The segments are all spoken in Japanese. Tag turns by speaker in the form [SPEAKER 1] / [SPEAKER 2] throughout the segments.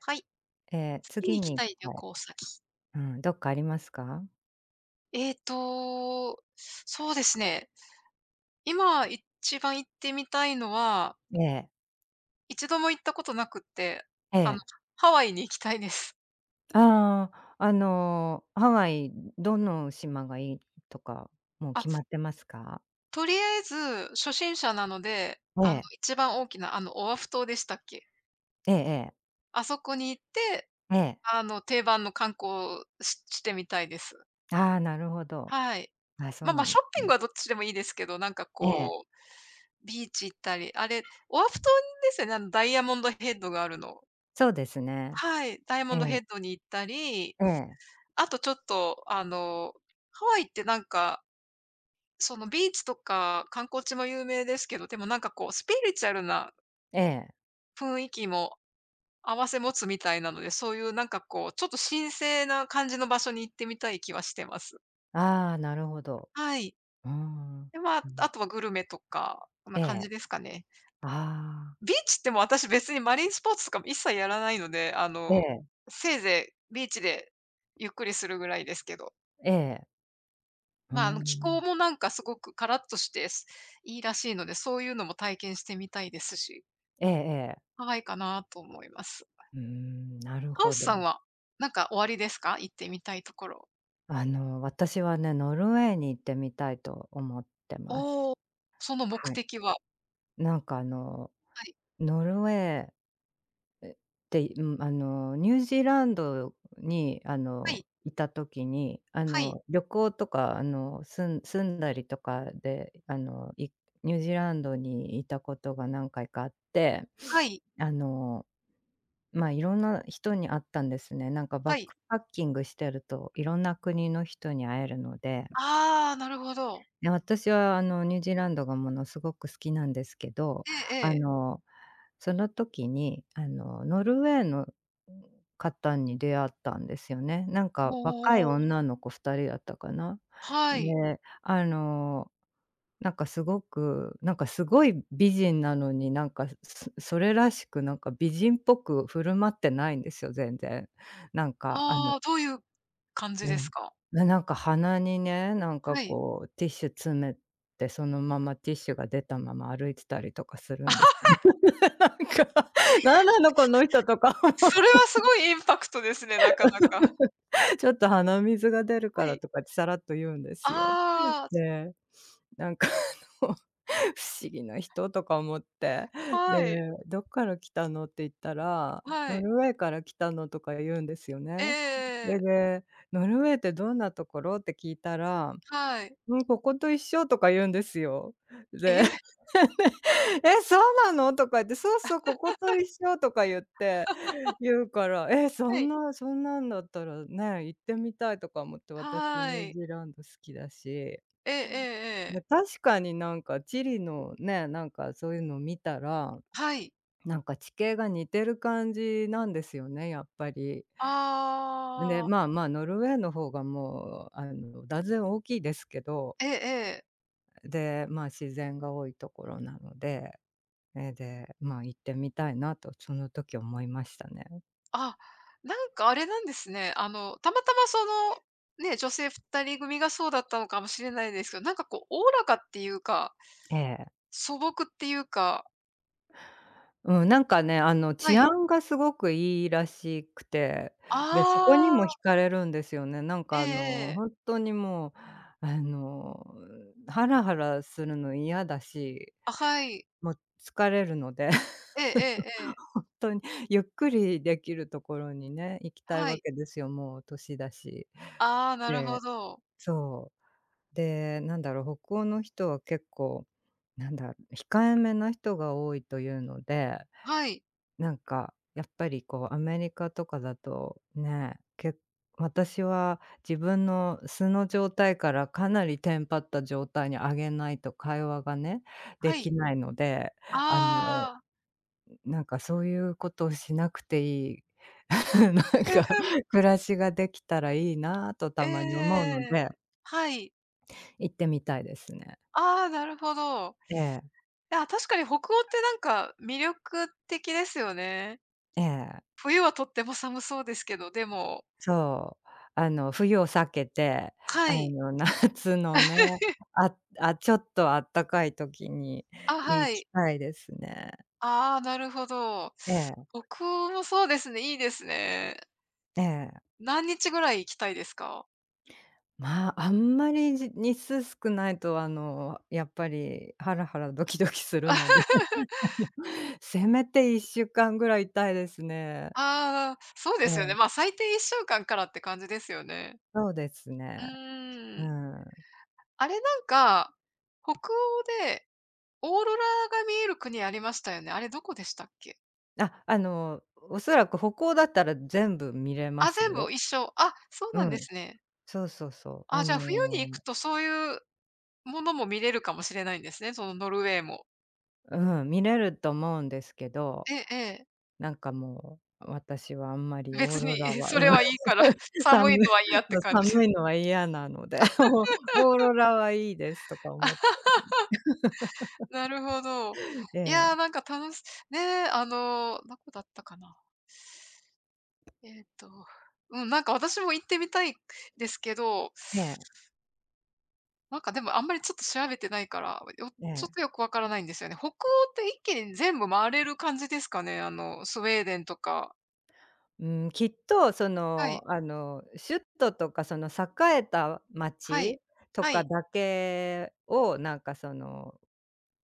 [SPEAKER 1] はい、
[SPEAKER 2] ええ、
[SPEAKER 1] 次に
[SPEAKER 2] 次
[SPEAKER 1] 行き
[SPEAKER 2] に行
[SPEAKER 1] た
[SPEAKER 2] き
[SPEAKER 1] い
[SPEAKER 2] た
[SPEAKER 1] 旅
[SPEAKER 2] い。
[SPEAKER 1] 行先。
[SPEAKER 2] うん、どっかありますか？
[SPEAKER 1] えっと、そうですね。今一番行ってみたいのは、
[SPEAKER 2] ええ、
[SPEAKER 1] 一度も行ったことなくって、
[SPEAKER 2] え
[SPEAKER 1] あの、
[SPEAKER 2] え。
[SPEAKER 1] ハワイに行きたいです。
[SPEAKER 2] ああ、あの、ハワイ、どの島がいいとか、もう
[SPEAKER 1] あ、
[SPEAKER 2] 決まってますか？
[SPEAKER 1] とりあえず初心者なので、
[SPEAKER 2] ええ、
[SPEAKER 1] 一番大きな、オアフ島でしたっけ？
[SPEAKER 2] ええええ、
[SPEAKER 1] あそこに行って、
[SPEAKER 2] ええ。
[SPEAKER 1] 定番の観光をしてみたいです。
[SPEAKER 2] ああ、なるほど。
[SPEAKER 1] はい。
[SPEAKER 2] あ、そうな
[SPEAKER 1] シ
[SPEAKER 2] ん
[SPEAKER 1] ョッ
[SPEAKER 2] です
[SPEAKER 1] ピング
[SPEAKER 2] ね。
[SPEAKER 1] はどっちでもいいですけど、なんか
[SPEAKER 2] ええ、
[SPEAKER 1] こう、ビーチ行ったり、あれ、オアフ島ですよね、ダイヤモンドヘッドがあるの。
[SPEAKER 2] そうですね。
[SPEAKER 1] はい、ダイヤモ
[SPEAKER 2] え
[SPEAKER 1] ン
[SPEAKER 2] え、
[SPEAKER 1] ドヘッドに行ったり、
[SPEAKER 2] ええ、
[SPEAKER 1] あとちょっと、ハワイってなんか、そのビーチとか観光地も有名ですけど、でもなんかこうスピリチュアルな
[SPEAKER 2] ええ。
[SPEAKER 1] 雰囲気も併せ持つみたいなので、そういうなんかこう、ちょっと神聖な感じの場所に行ってみたい気はしてます。
[SPEAKER 2] ああ、なるほど。
[SPEAKER 1] はい。
[SPEAKER 2] うーん。
[SPEAKER 1] で、まあ、
[SPEAKER 2] うん、
[SPEAKER 1] あとはグルメとか、こんな
[SPEAKER 2] え
[SPEAKER 1] 感じ
[SPEAKER 2] え。
[SPEAKER 1] ですかね。
[SPEAKER 2] ああ、
[SPEAKER 1] ビーチってもう私別にマリンスポーツとかも一切やらないので、
[SPEAKER 2] ええ、
[SPEAKER 1] せいぜいビーチでゆっくりするぐらいですけど。
[SPEAKER 2] ええ。うー
[SPEAKER 1] まあ、気候
[SPEAKER 2] ん。
[SPEAKER 1] もなんかすごくカラッとして、いいらしいので、そういうのも体験してみたいですし、
[SPEAKER 2] ええええ。
[SPEAKER 1] ハワイかなと思います。
[SPEAKER 2] うーん、なる
[SPEAKER 1] ハウ
[SPEAKER 2] ほ
[SPEAKER 1] ス
[SPEAKER 2] ど。
[SPEAKER 1] さんは、なんかおありですか？行ってみたいところ。
[SPEAKER 2] あの、私はね、ノルウェーに行ってみたいと思ってます。
[SPEAKER 1] おお、その目
[SPEAKER 2] はい。
[SPEAKER 1] 的は。
[SPEAKER 2] なんかあの、
[SPEAKER 1] はい、
[SPEAKER 2] ノルウェーって、うん、あの、ニュージーランドに、あ
[SPEAKER 1] は
[SPEAKER 2] の、
[SPEAKER 1] い、
[SPEAKER 2] いた時に、あ
[SPEAKER 1] はい、
[SPEAKER 2] の、旅行とか、あの、住んだりとかで、ニュージーランドにいたことが何回かあって、
[SPEAKER 1] はい、
[SPEAKER 2] あの、まあ、いろんな人に会ったんですね。なんかバ
[SPEAKER 1] は
[SPEAKER 2] ッ
[SPEAKER 1] い。
[SPEAKER 2] クパッキングしてると、いろんな国の人に会えるので、
[SPEAKER 1] ああ、なるほど。
[SPEAKER 2] ね、私はあのニュージーランドがものすごく好きなんですけど、
[SPEAKER 1] えええ
[SPEAKER 2] あ
[SPEAKER 1] え。
[SPEAKER 2] の、その時にあのノルウェーの方に出会ったんですよね。なん
[SPEAKER 1] お
[SPEAKER 2] か若い
[SPEAKER 1] お。
[SPEAKER 2] 女の子2人だったかな。
[SPEAKER 1] はい。
[SPEAKER 2] で、あの、なんかすごく、なんかすごい美人なのに、なんか、それらしくなんか美人っぽく振る舞ってないんですよ、全然。なんかあの、
[SPEAKER 1] ああ、どういう感じ
[SPEAKER 2] う
[SPEAKER 1] です
[SPEAKER 2] ん。
[SPEAKER 1] か？
[SPEAKER 2] なんか鼻にね、なんか
[SPEAKER 1] はい。
[SPEAKER 2] こうティッシュ詰めて、そのままティッシュが出たまま歩いてたりとかするんです。 なんか、「なんなのこの人」とか
[SPEAKER 1] あ、それ
[SPEAKER 2] 思
[SPEAKER 1] はすごいインパクトですね、なかなか。
[SPEAKER 2] う。 ちょっと鼻水が出る
[SPEAKER 1] は
[SPEAKER 2] から」
[SPEAKER 1] い。
[SPEAKER 2] とかってさらっと言うんですよ。
[SPEAKER 1] ああ、
[SPEAKER 2] で、なんかあの、 不思議な人とか思って、で、
[SPEAKER 1] はい、
[SPEAKER 2] 「どっから来たの？」って言ったら、
[SPEAKER 1] は
[SPEAKER 2] 「ノ
[SPEAKER 1] い。
[SPEAKER 2] ルウェーから来たの」とか言うんですよ
[SPEAKER 1] えええ
[SPEAKER 2] ね。
[SPEAKER 1] えええ。
[SPEAKER 2] で、「ノルウェーってどんなところ？」って聞いたら、
[SPEAKER 1] はい。
[SPEAKER 2] うん、「ここと一緒」とか言うんですよ。
[SPEAKER 1] え
[SPEAKER 2] で、
[SPEAKER 1] え？
[SPEAKER 2] え、そうなの？」とか言って、「そうそう、ここと一緒」とか言って、言うから、「え、そ
[SPEAKER 1] は
[SPEAKER 2] ん
[SPEAKER 1] い。
[SPEAKER 2] なそんなんだったらね、行ってみたい」とか思って、私
[SPEAKER 1] は
[SPEAKER 2] ニュー
[SPEAKER 1] い。
[SPEAKER 2] ジーランド好きだし、
[SPEAKER 1] えええええ
[SPEAKER 2] ま、
[SPEAKER 1] え。
[SPEAKER 2] 確かになんかチリのね、なんかそういうの見たら、
[SPEAKER 1] はい。
[SPEAKER 2] なんか地形が似てる感じなんですよね、やっぱり。で、
[SPEAKER 1] ああ。
[SPEAKER 2] まあまあ、ノルウェーの方がもうあの断然大きいですけど、
[SPEAKER 1] ええええ。
[SPEAKER 2] で、まあ、自然が多いところなので、え、で、まあ、行ってみたいなとその時思いましたね。
[SPEAKER 1] あ、なんかあれなんですね。たまたまその、ね、女性2人組がそうだったのかもしれないですけど、なんかこう、おおらかっていうか、
[SPEAKER 2] ええ。
[SPEAKER 1] 素朴っていうか。
[SPEAKER 2] うん、なんかね、あの、
[SPEAKER 1] は
[SPEAKER 2] 治
[SPEAKER 1] い。
[SPEAKER 2] 安がすごくいいらしくて、で、そこに
[SPEAKER 1] あ
[SPEAKER 2] も惹
[SPEAKER 1] あ。
[SPEAKER 2] かれるんですよね。なん
[SPEAKER 1] え
[SPEAKER 2] か、
[SPEAKER 1] え
[SPEAKER 2] あ
[SPEAKER 1] え
[SPEAKER 2] の、
[SPEAKER 1] え。
[SPEAKER 2] 本当にもう、あの、ハラハラするの嫌だし、
[SPEAKER 1] あ、はい。
[SPEAKER 2] もう疲れるので、
[SPEAKER 1] ええええええ。
[SPEAKER 2] 本当にゆっくりできるところにね、行きたい
[SPEAKER 1] は
[SPEAKER 2] わ
[SPEAKER 1] い。
[SPEAKER 2] けですよ、もう年だし。
[SPEAKER 1] ああ、なるほ
[SPEAKER 2] で、
[SPEAKER 1] ど。
[SPEAKER 2] そう。で、なんだろう、北欧の人は結構、なんだろう、控えめな人が多いというので、
[SPEAKER 1] はい。
[SPEAKER 2] なんか、やっぱりこうアメリカとかだとね、私は自分の素の状態からかなりテンパった状態に上げないと会話がね、
[SPEAKER 1] は
[SPEAKER 2] で
[SPEAKER 1] い。
[SPEAKER 2] きないので、あの、
[SPEAKER 1] ああ。
[SPEAKER 2] なんかそういうことをしなくていい、なんか
[SPEAKER 1] ええ
[SPEAKER 2] 暮らしができたらいいなぁと
[SPEAKER 1] ええ
[SPEAKER 2] たまに思うの
[SPEAKER 1] ええ。
[SPEAKER 2] で、
[SPEAKER 1] はい。
[SPEAKER 2] 行ってみたいですね。
[SPEAKER 1] ああ、なるほど。い
[SPEAKER 2] ええ、
[SPEAKER 1] や、確かに北欧ってなんか魅力的ですよね。
[SPEAKER 2] ええ。
[SPEAKER 1] 冬はとっても寒そうですけど、でも。
[SPEAKER 2] そう。あの、冬を避けて、あ
[SPEAKER 1] はい。
[SPEAKER 2] の、夏のね、ああ、ちょっとあったかい時に
[SPEAKER 1] あ、は
[SPEAKER 2] 行き
[SPEAKER 1] い。
[SPEAKER 2] たいですね。
[SPEAKER 1] ああ、なるほど。
[SPEAKER 2] ええ、
[SPEAKER 1] 北欧もそうですね、いいですね。
[SPEAKER 2] ええ。
[SPEAKER 1] 何日ぐらい行きたいですか？
[SPEAKER 2] まあ、あんまり、日数少ないと、あの、やっぱりハラハラドキドキするので、せめて1週間ぐらいいたいですね。
[SPEAKER 1] ああー、そうで
[SPEAKER 2] え
[SPEAKER 1] すよね。
[SPEAKER 2] え、
[SPEAKER 1] 最低1週間からって感じですよね。
[SPEAKER 2] そうです
[SPEAKER 1] う
[SPEAKER 2] ね。
[SPEAKER 1] ー
[SPEAKER 2] う
[SPEAKER 1] ん。
[SPEAKER 2] ん。
[SPEAKER 1] あれなんか、北欧でオーロラが見える国ありましたよね。あれどこでしたっけ？
[SPEAKER 2] あ、あの、おそらく北欧だったら全部見れま
[SPEAKER 1] あ、
[SPEAKER 2] す
[SPEAKER 1] 全部
[SPEAKER 2] よ。
[SPEAKER 1] 一緒。あ、そう
[SPEAKER 2] う
[SPEAKER 1] なんで
[SPEAKER 2] ん、
[SPEAKER 1] すね。
[SPEAKER 2] そうそうそう。
[SPEAKER 1] あ、
[SPEAKER 2] あ
[SPEAKER 1] じゃあ、冬に行く
[SPEAKER 2] の、
[SPEAKER 1] とそういうものも見れるかもしれないんですね、そのノルウェーも。
[SPEAKER 2] うん、見れると思うんですけど、
[SPEAKER 1] ええええ。
[SPEAKER 2] なんかもう、私はあんまりオー
[SPEAKER 1] 別に、
[SPEAKER 2] ロラは、
[SPEAKER 1] そ
[SPEAKER 2] う
[SPEAKER 1] れ
[SPEAKER 2] ん、
[SPEAKER 1] はいいから、寒
[SPEAKER 2] 寒
[SPEAKER 1] い
[SPEAKER 2] い
[SPEAKER 1] のは嫌って感じで
[SPEAKER 2] 寒
[SPEAKER 1] す。
[SPEAKER 2] いのは嫌なので、もうオーロラはいいですと か
[SPEAKER 1] あ、
[SPEAKER 2] 思って、
[SPEAKER 1] なるほど。
[SPEAKER 2] え
[SPEAKER 1] い
[SPEAKER 2] え、
[SPEAKER 1] や、なんかね、どこだったかな。えっと、うん、なんか私も行ってみたいですけど、なんかでもあんまりちょっと調べてないから、よ
[SPEAKER 2] え
[SPEAKER 1] ちょっ
[SPEAKER 2] え。
[SPEAKER 1] とよくわからないんですよね。北欧って一気に全部回れる感じですかね？スウェーデンとか。
[SPEAKER 2] うん、きっとそ
[SPEAKER 1] はい、
[SPEAKER 2] の、あの、首都とかその栄えた
[SPEAKER 1] はい、
[SPEAKER 2] 街と
[SPEAKER 1] は
[SPEAKER 2] か
[SPEAKER 1] い、
[SPEAKER 2] だけを、なんかその、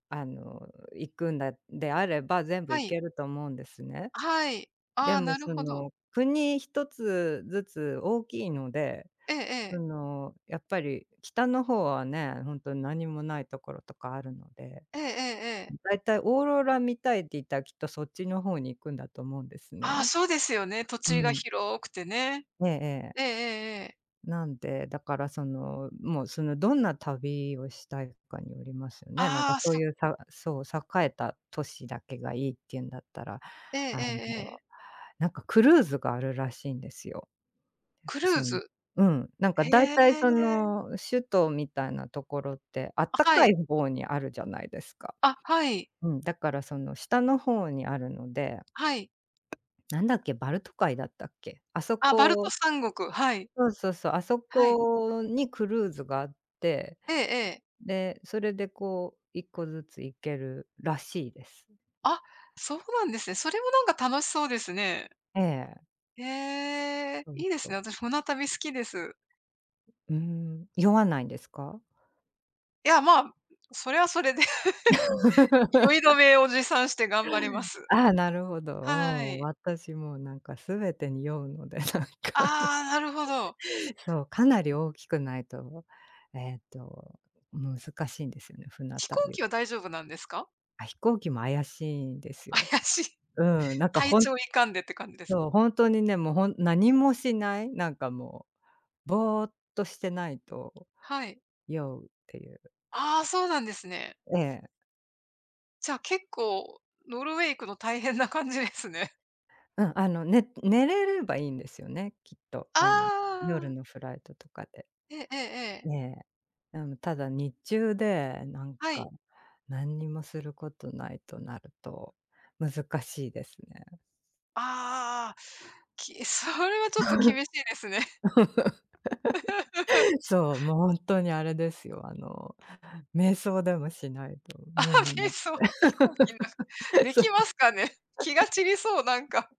[SPEAKER 2] あの、行くんだであれば、全部
[SPEAKER 1] はい。
[SPEAKER 2] 行
[SPEAKER 1] はい。
[SPEAKER 2] けると思うんですね。
[SPEAKER 1] はい。あ
[SPEAKER 2] で
[SPEAKER 1] あ、
[SPEAKER 2] も
[SPEAKER 1] なる
[SPEAKER 2] そ
[SPEAKER 1] ほど。
[SPEAKER 2] の、国一つずつ大きいので、
[SPEAKER 1] ええ
[SPEAKER 2] そ
[SPEAKER 1] ええ。
[SPEAKER 2] の、やっぱり北の方はね、ほんとに何もないところとかあるので、
[SPEAKER 1] ええええええ。
[SPEAKER 2] だいたいオーロラ見たいって言ったらきっとそっちの方に行くんだと思うんです
[SPEAKER 1] ああ、
[SPEAKER 2] ね。
[SPEAKER 1] そうですよね。土
[SPEAKER 2] う
[SPEAKER 1] 地が
[SPEAKER 2] ん。
[SPEAKER 1] 広くてね。
[SPEAKER 2] えええ
[SPEAKER 1] えええ
[SPEAKER 2] え。
[SPEAKER 1] えええ。
[SPEAKER 2] なんで、だからその、もうそのどんな旅をしたいかによりますよね。なんか
[SPEAKER 1] ああ、
[SPEAKER 2] そう
[SPEAKER 1] そ
[SPEAKER 2] いうさそう、栄えた都市だけがいいっていうんだったら、
[SPEAKER 1] ええ
[SPEAKER 2] あ
[SPEAKER 1] え
[SPEAKER 2] の、
[SPEAKER 1] えええ。
[SPEAKER 2] なんかクルーズがあるらしいんですよ。
[SPEAKER 1] クルー
[SPEAKER 2] そう。
[SPEAKER 1] ズ。
[SPEAKER 2] うん、なんか
[SPEAKER 1] へ
[SPEAKER 2] 大
[SPEAKER 1] え。
[SPEAKER 2] 体その首都みたいなところって、あっ
[SPEAKER 1] あ、
[SPEAKER 2] た
[SPEAKER 1] は
[SPEAKER 2] かい
[SPEAKER 1] い。
[SPEAKER 2] 方にあるじゃないですか。
[SPEAKER 1] あ、はい。
[SPEAKER 2] うん、だからその下の方にあるので、
[SPEAKER 1] はい。
[SPEAKER 2] なんだっけ、バルト海だったっけ？あそ
[SPEAKER 1] あ、バルト
[SPEAKER 2] こ、
[SPEAKER 1] 三国。はい。
[SPEAKER 2] そうそうそう、あそ
[SPEAKER 1] はい。
[SPEAKER 2] こにクルーズがあって、
[SPEAKER 1] ええええ。
[SPEAKER 2] で、それでこう一個ずつ行けるらしいです。
[SPEAKER 1] あ、そうなんですね。それもなんか楽しそうですね。
[SPEAKER 2] ええ、
[SPEAKER 1] へえ、
[SPEAKER 2] そう
[SPEAKER 1] いいで
[SPEAKER 2] そ
[SPEAKER 1] すね。
[SPEAKER 2] う。
[SPEAKER 1] 私船旅好きです。
[SPEAKER 2] うーん、酔わないんですか？
[SPEAKER 1] いや、まあ、それはそれで 酔い止めを持参して頑張ります。
[SPEAKER 2] ああ、なるほど。
[SPEAKER 1] は
[SPEAKER 2] もう
[SPEAKER 1] い。
[SPEAKER 2] 私もうなんか全てに酔うので、なんか。
[SPEAKER 1] ああ、なるほど。
[SPEAKER 2] そう、かなり大きくないと、えっと、難しいんですよね、船
[SPEAKER 1] 飛行
[SPEAKER 2] 旅。
[SPEAKER 1] 機は大丈夫なんですか？
[SPEAKER 2] あ、飛行機も怪しいんで すよ。
[SPEAKER 1] 怪しい。
[SPEAKER 2] うん、
[SPEAKER 1] 体調いかんでって感じですか？
[SPEAKER 2] ほんとにね、もうほん何もしない、なんかもう、ぼーっとしてないと
[SPEAKER 1] はい。
[SPEAKER 2] 酔うっていう。
[SPEAKER 1] ああ、そうなんですね。
[SPEAKER 2] ええ。
[SPEAKER 1] じゃあ結構、ノルウェー行くの大変な感じですね。
[SPEAKER 2] うん、あの、寝れればいいんですよね、きっと。
[SPEAKER 1] あ
[SPEAKER 2] あの、夜
[SPEAKER 1] あ。
[SPEAKER 2] のフライトとかで。
[SPEAKER 1] えええええ
[SPEAKER 2] え
[SPEAKER 1] え。
[SPEAKER 2] え。うん、ただ日中で、なん
[SPEAKER 1] は
[SPEAKER 2] か、
[SPEAKER 1] い。
[SPEAKER 2] 何にもすることないとなると、難しいですね。
[SPEAKER 1] ああ、それはちょっと厳しい ですね。
[SPEAKER 2] そう、もう本当にあれですよ、あの、瞑想でもしないと無になっ
[SPEAKER 1] そう、飛行機の中
[SPEAKER 2] て、
[SPEAKER 1] で
[SPEAKER 2] そう、
[SPEAKER 1] きますかね？気が散りそう、なんか。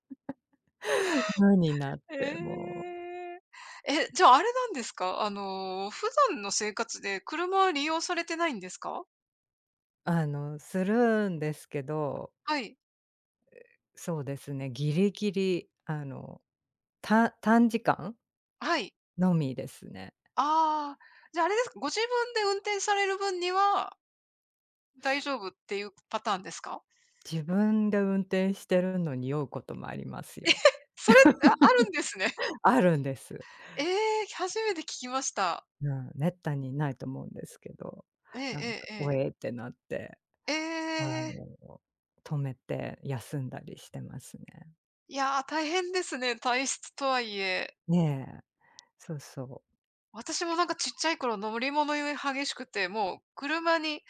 [SPEAKER 2] 無になっ
[SPEAKER 1] え
[SPEAKER 2] て、もう、
[SPEAKER 1] え。え、じゃあ、あれなんですか？普段の生活で車は利用されてないんですか？
[SPEAKER 2] あの、するんですけど、
[SPEAKER 1] はい。
[SPEAKER 2] そうですね、ギリギリ、あの、短時間
[SPEAKER 1] はい。
[SPEAKER 2] のみですね。
[SPEAKER 1] ああ、じゃあ、あれですか、ご自分で運転される分には大丈夫っていうパターンですか？
[SPEAKER 2] 自分で運転してるのに酔うこともあります
[SPEAKER 1] え、
[SPEAKER 2] よ。
[SPEAKER 1] それ、あるんですね。
[SPEAKER 2] あるんです。
[SPEAKER 1] ええ、初めて聞きました。
[SPEAKER 2] うん、滅多にないと思うんですけど、
[SPEAKER 1] ええ
[SPEAKER 2] なん
[SPEAKER 1] え
[SPEAKER 2] か、
[SPEAKER 1] ええ
[SPEAKER 2] お
[SPEAKER 1] え。
[SPEAKER 2] えってなって、
[SPEAKER 1] え
[SPEAKER 2] あ
[SPEAKER 1] え、
[SPEAKER 2] の、止めて休んだりしてますね。
[SPEAKER 1] いや、大変ですね、体質とはいえ。
[SPEAKER 2] ねえ。そうそう。
[SPEAKER 1] 私もなんかちっちゃい頃乗り物酔い激しくて、もう車に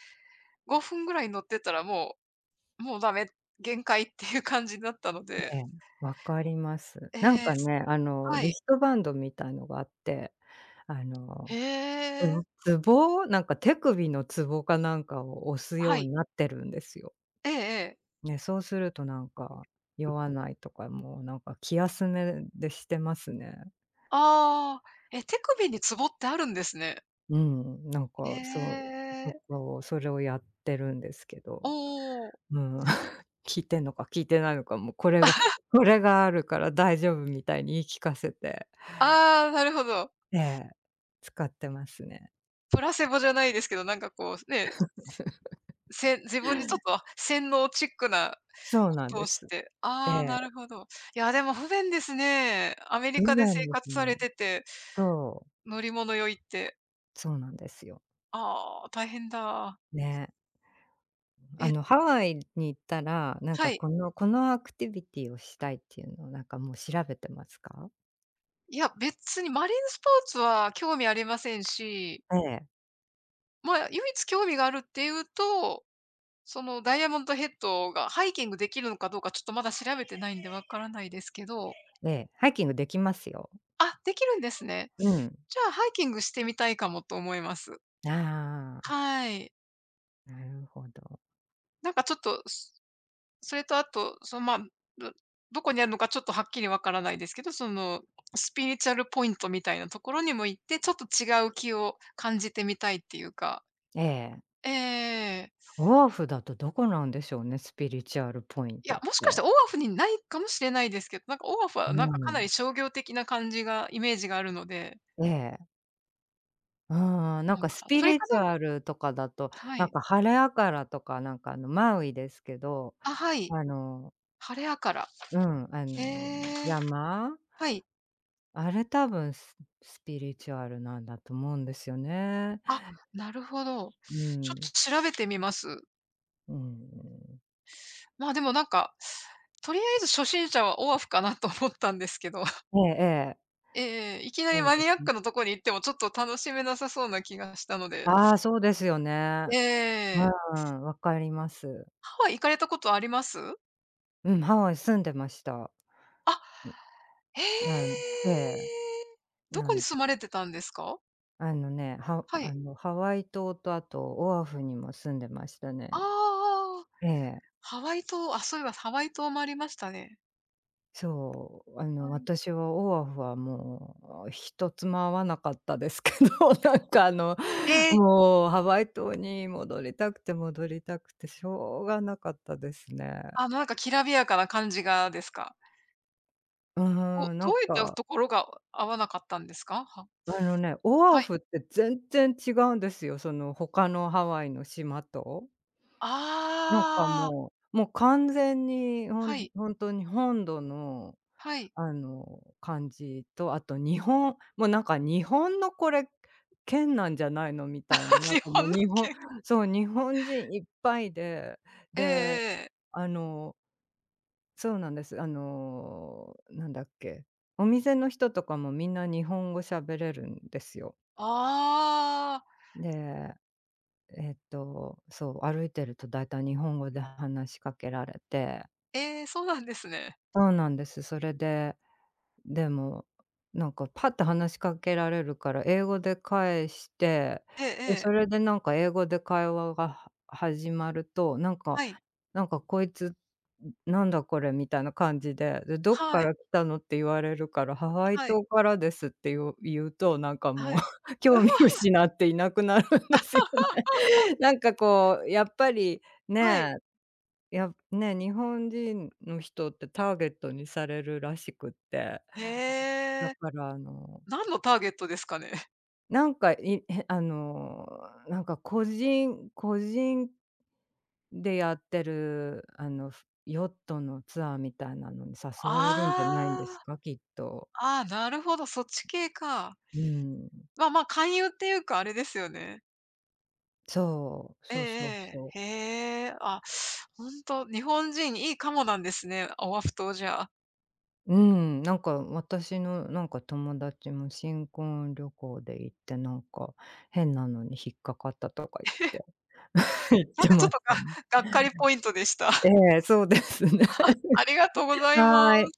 [SPEAKER 1] 5分ぐらい乗ってたらもうダメ、限界っていう感じだったの
[SPEAKER 2] え
[SPEAKER 1] で。
[SPEAKER 2] え。わかります。
[SPEAKER 1] え
[SPEAKER 2] なん
[SPEAKER 1] え、
[SPEAKER 2] か
[SPEAKER 1] す
[SPEAKER 2] ね、あの、
[SPEAKER 1] は
[SPEAKER 2] リ
[SPEAKER 1] い。
[SPEAKER 2] ストバンドみたいのがあって、あ
[SPEAKER 1] へ
[SPEAKER 2] の、
[SPEAKER 1] え。
[SPEAKER 2] ツボ、なんか手首のツボかなんかを押す
[SPEAKER 1] は
[SPEAKER 2] よう
[SPEAKER 1] い。
[SPEAKER 2] になってるんですよ。
[SPEAKER 1] ええええ。
[SPEAKER 2] ね、そうするとなんか、酔わないとか、もうなんか気休めでしてますね。
[SPEAKER 1] ああ、え、手首にツボってあるんですね。
[SPEAKER 2] うん、なんか
[SPEAKER 1] へ
[SPEAKER 2] そう、そ
[SPEAKER 1] え。
[SPEAKER 2] こをそれをやってるんですけ
[SPEAKER 1] お
[SPEAKER 2] ど、
[SPEAKER 1] お。
[SPEAKER 2] うん、効いてんのか効いてないのか、もうこれがあるから大丈夫みたいに言い聞かせて。
[SPEAKER 1] ああ、なるほど。
[SPEAKER 2] ええ、使ってますね。
[SPEAKER 1] プラセボじゃないですけど、なんかこうね、自分にちょっと洗脳チックな
[SPEAKER 2] そう
[SPEAKER 1] こ
[SPEAKER 2] なん
[SPEAKER 1] と
[SPEAKER 2] で
[SPEAKER 1] をし
[SPEAKER 2] す。
[SPEAKER 1] て。
[SPEAKER 2] え
[SPEAKER 1] ああ、なる
[SPEAKER 2] え。
[SPEAKER 1] ほど。いや、でも不便ですね。アメリ
[SPEAKER 2] 不
[SPEAKER 1] カで生
[SPEAKER 2] 便です
[SPEAKER 1] 活され
[SPEAKER 2] ね。
[SPEAKER 1] てて、
[SPEAKER 2] そう。
[SPEAKER 1] 乗り物酔いって。
[SPEAKER 2] そうなんですよ。
[SPEAKER 1] ああ、大変だ。
[SPEAKER 2] ね。あの、
[SPEAKER 1] え
[SPEAKER 2] ハワイに行ったら、なん
[SPEAKER 1] は
[SPEAKER 2] か
[SPEAKER 1] い。
[SPEAKER 2] このアクティビティをしたいっていうのをなんかもう調べてますか？
[SPEAKER 1] いや、別にマリンスポーツは興味ありませんし、
[SPEAKER 2] ええ。
[SPEAKER 1] まあ、唯一興味があるっていうと、そのダイヤモンドヘッドがハイキングできるのかどうかちょっとまだ調べてないんでわからないですけど、
[SPEAKER 2] ええ、ハイキングできますよ。
[SPEAKER 1] あ、できるんですね。
[SPEAKER 2] うん。
[SPEAKER 1] じゃあハイキングしてみたいかもと思います。
[SPEAKER 2] ああ、
[SPEAKER 1] はい。
[SPEAKER 2] なるほど。
[SPEAKER 1] なんかちょっと、それとあと、その、まあ、どどこにあるのかちょっとはっきりわからないですけど、その、スピリチュアルポイントみたいなところにも行って、ちょっと違う気を感じてみたいっていうか。
[SPEAKER 2] ええ。
[SPEAKER 1] ええ。
[SPEAKER 2] オアフだとどこなんでしょうね、スピリチュアルポイン
[SPEAKER 1] いや、
[SPEAKER 2] ト
[SPEAKER 1] も
[SPEAKER 2] っ
[SPEAKER 1] しかした
[SPEAKER 2] て。
[SPEAKER 1] らオアフにないかもしれないですけど、なんかオアフは
[SPEAKER 2] う
[SPEAKER 1] なんかかなり
[SPEAKER 2] ん。
[SPEAKER 1] 商業的な感じがイメージがあるので、
[SPEAKER 2] ええ。うん、
[SPEAKER 1] そ
[SPEAKER 2] なん
[SPEAKER 1] なの
[SPEAKER 2] か
[SPEAKER 1] か
[SPEAKER 2] ス
[SPEAKER 1] な。
[SPEAKER 2] ピ
[SPEAKER 1] それ
[SPEAKER 2] リ
[SPEAKER 1] か
[SPEAKER 2] チ
[SPEAKER 1] なん
[SPEAKER 2] ュアルとかだと、
[SPEAKER 1] は
[SPEAKER 2] なん
[SPEAKER 1] い。
[SPEAKER 2] かハレアカラとかなんかあのマウイですけど、
[SPEAKER 1] あ、はい。
[SPEAKER 2] あの、
[SPEAKER 1] 晴れやから。
[SPEAKER 2] うん、あの
[SPEAKER 1] へえ、
[SPEAKER 2] 山、
[SPEAKER 1] はい。
[SPEAKER 2] あれ多分スピリチュアルなんだと思うんですよね。
[SPEAKER 1] あ、なるほど。
[SPEAKER 2] う
[SPEAKER 1] ちょっと
[SPEAKER 2] ん、
[SPEAKER 1] 調べてみます。
[SPEAKER 2] うん。
[SPEAKER 1] まあ、でもなんか、とりあえず初心者はオアフかなと思ったんですけど、
[SPEAKER 2] ええええ、
[SPEAKER 1] えええ、いきなり
[SPEAKER 2] そう
[SPEAKER 1] マ
[SPEAKER 2] で
[SPEAKER 1] ニアッ
[SPEAKER 2] すね。
[SPEAKER 1] クなとこに行ってもちょっと楽しめなさそうな気がしたので。
[SPEAKER 2] ああ、そうですよね。
[SPEAKER 1] ええ、
[SPEAKER 2] うん、わかります。
[SPEAKER 1] ハワイ行かれたことあります？
[SPEAKER 2] うん、ハワイ住んでました。
[SPEAKER 1] あ、へ
[SPEAKER 2] うん、ええ、
[SPEAKER 1] え。ど
[SPEAKER 2] な
[SPEAKER 1] こに
[SPEAKER 2] ん
[SPEAKER 1] 住まれてたんですか？
[SPEAKER 2] あのね、ハ
[SPEAKER 1] は
[SPEAKER 2] あ
[SPEAKER 1] い。
[SPEAKER 2] の、ハワイ島とあとオアフにも住んでましたね。
[SPEAKER 1] ああ、
[SPEAKER 2] ええ、
[SPEAKER 1] ハワイ島、あ、そういえばハワイ島もありましたね。
[SPEAKER 2] そう、あの、
[SPEAKER 1] はい。
[SPEAKER 2] 私はオアフはもう一つも合わなかったですけど、なんかあの、
[SPEAKER 1] ええ、
[SPEAKER 2] もうハワイ島に戻りたくて戻りたくてしょうがなかったですね。
[SPEAKER 1] なんかきらびやかな感じがですか？
[SPEAKER 2] う
[SPEAKER 1] ど
[SPEAKER 2] ん、な
[SPEAKER 1] ど
[SPEAKER 2] ん
[SPEAKER 1] ういった
[SPEAKER 2] か、
[SPEAKER 1] ところが合わなかったんですか？は
[SPEAKER 2] あのね、オア
[SPEAKER 1] はい。
[SPEAKER 2] フって全然違うんですよ、その他のハワイの島と。なんか
[SPEAKER 1] ああ、
[SPEAKER 2] もう、もう完全にほ
[SPEAKER 1] は
[SPEAKER 2] ん
[SPEAKER 1] い、
[SPEAKER 2] ほに本土の、
[SPEAKER 1] はい。
[SPEAKER 2] あの、感じと、あと日本、 もうなんか日本のこれ、県なんじゃないのみたいに、なん
[SPEAKER 1] 日
[SPEAKER 2] かもう
[SPEAKER 1] 本の
[SPEAKER 2] 日本、
[SPEAKER 1] 県。
[SPEAKER 2] そう、日本人いっぱいで、
[SPEAKER 1] ええ
[SPEAKER 2] で、
[SPEAKER 1] ええ。
[SPEAKER 2] あの、そうなんです。あの、なんだっけ、お店の人とかもみんな日本語喋れるんですよ。
[SPEAKER 1] ああ、
[SPEAKER 2] で、えっと、そう、歩いてるとだいたい日本語で話しかけられて、
[SPEAKER 1] ええ、そうなんですね。
[SPEAKER 2] そうなんです。それででも、なんかパッて話しかけられるから英語で返して、
[SPEAKER 1] えええ
[SPEAKER 2] で、そ
[SPEAKER 1] え。
[SPEAKER 2] れでなんか英語で会話が始まると、なんか、
[SPEAKER 1] はい。
[SPEAKER 2] なんかこいつ、なんだこれみたいな感じで、で、どっ
[SPEAKER 1] は
[SPEAKER 2] か
[SPEAKER 1] い、
[SPEAKER 2] ら来たのって言われるから、ハワイ
[SPEAKER 1] はい、
[SPEAKER 2] 島からですって言うと、なんかも
[SPEAKER 1] は
[SPEAKER 2] う、
[SPEAKER 1] い。
[SPEAKER 2] 興味 失っていなくなるんですよね。なんかこうやっぱり、
[SPEAKER 1] はい。
[SPEAKER 2] ね、いや、ね、日本人の人ってターゲットにされるらしくって。
[SPEAKER 1] へ
[SPEAKER 2] だ
[SPEAKER 1] え。
[SPEAKER 2] から、あの、
[SPEAKER 1] 何のターゲットですかね？
[SPEAKER 2] なんか、あの、なんか個人個人でやってる、あの、ヨットのツアーみたいなのに誘われるんじゃないん
[SPEAKER 1] あ
[SPEAKER 2] ですか？きっと。
[SPEAKER 1] あ、なるほど、そっち系か。
[SPEAKER 2] うん。
[SPEAKER 1] 勧誘っていうかあれですよね。
[SPEAKER 2] そう、
[SPEAKER 1] ええ
[SPEAKER 2] そうそう
[SPEAKER 1] え
[SPEAKER 2] そう。
[SPEAKER 1] え。へえ、あ、ほんと、日本人いいかもなんですね、オアフ島じゃあ。
[SPEAKER 2] うん、なんか私のなんか友達も新婚旅行で行って、なんか変なのに引っかかったとか言って。言っ
[SPEAKER 1] なん
[SPEAKER 2] て
[SPEAKER 1] かちょ
[SPEAKER 2] ま
[SPEAKER 1] っ
[SPEAKER 2] し
[SPEAKER 1] とが
[SPEAKER 2] たね。
[SPEAKER 1] がっかりポイントでした。
[SPEAKER 2] え え、そうですね。
[SPEAKER 1] ありがとうご ざいま
[SPEAKER 2] は
[SPEAKER 1] す。
[SPEAKER 2] い。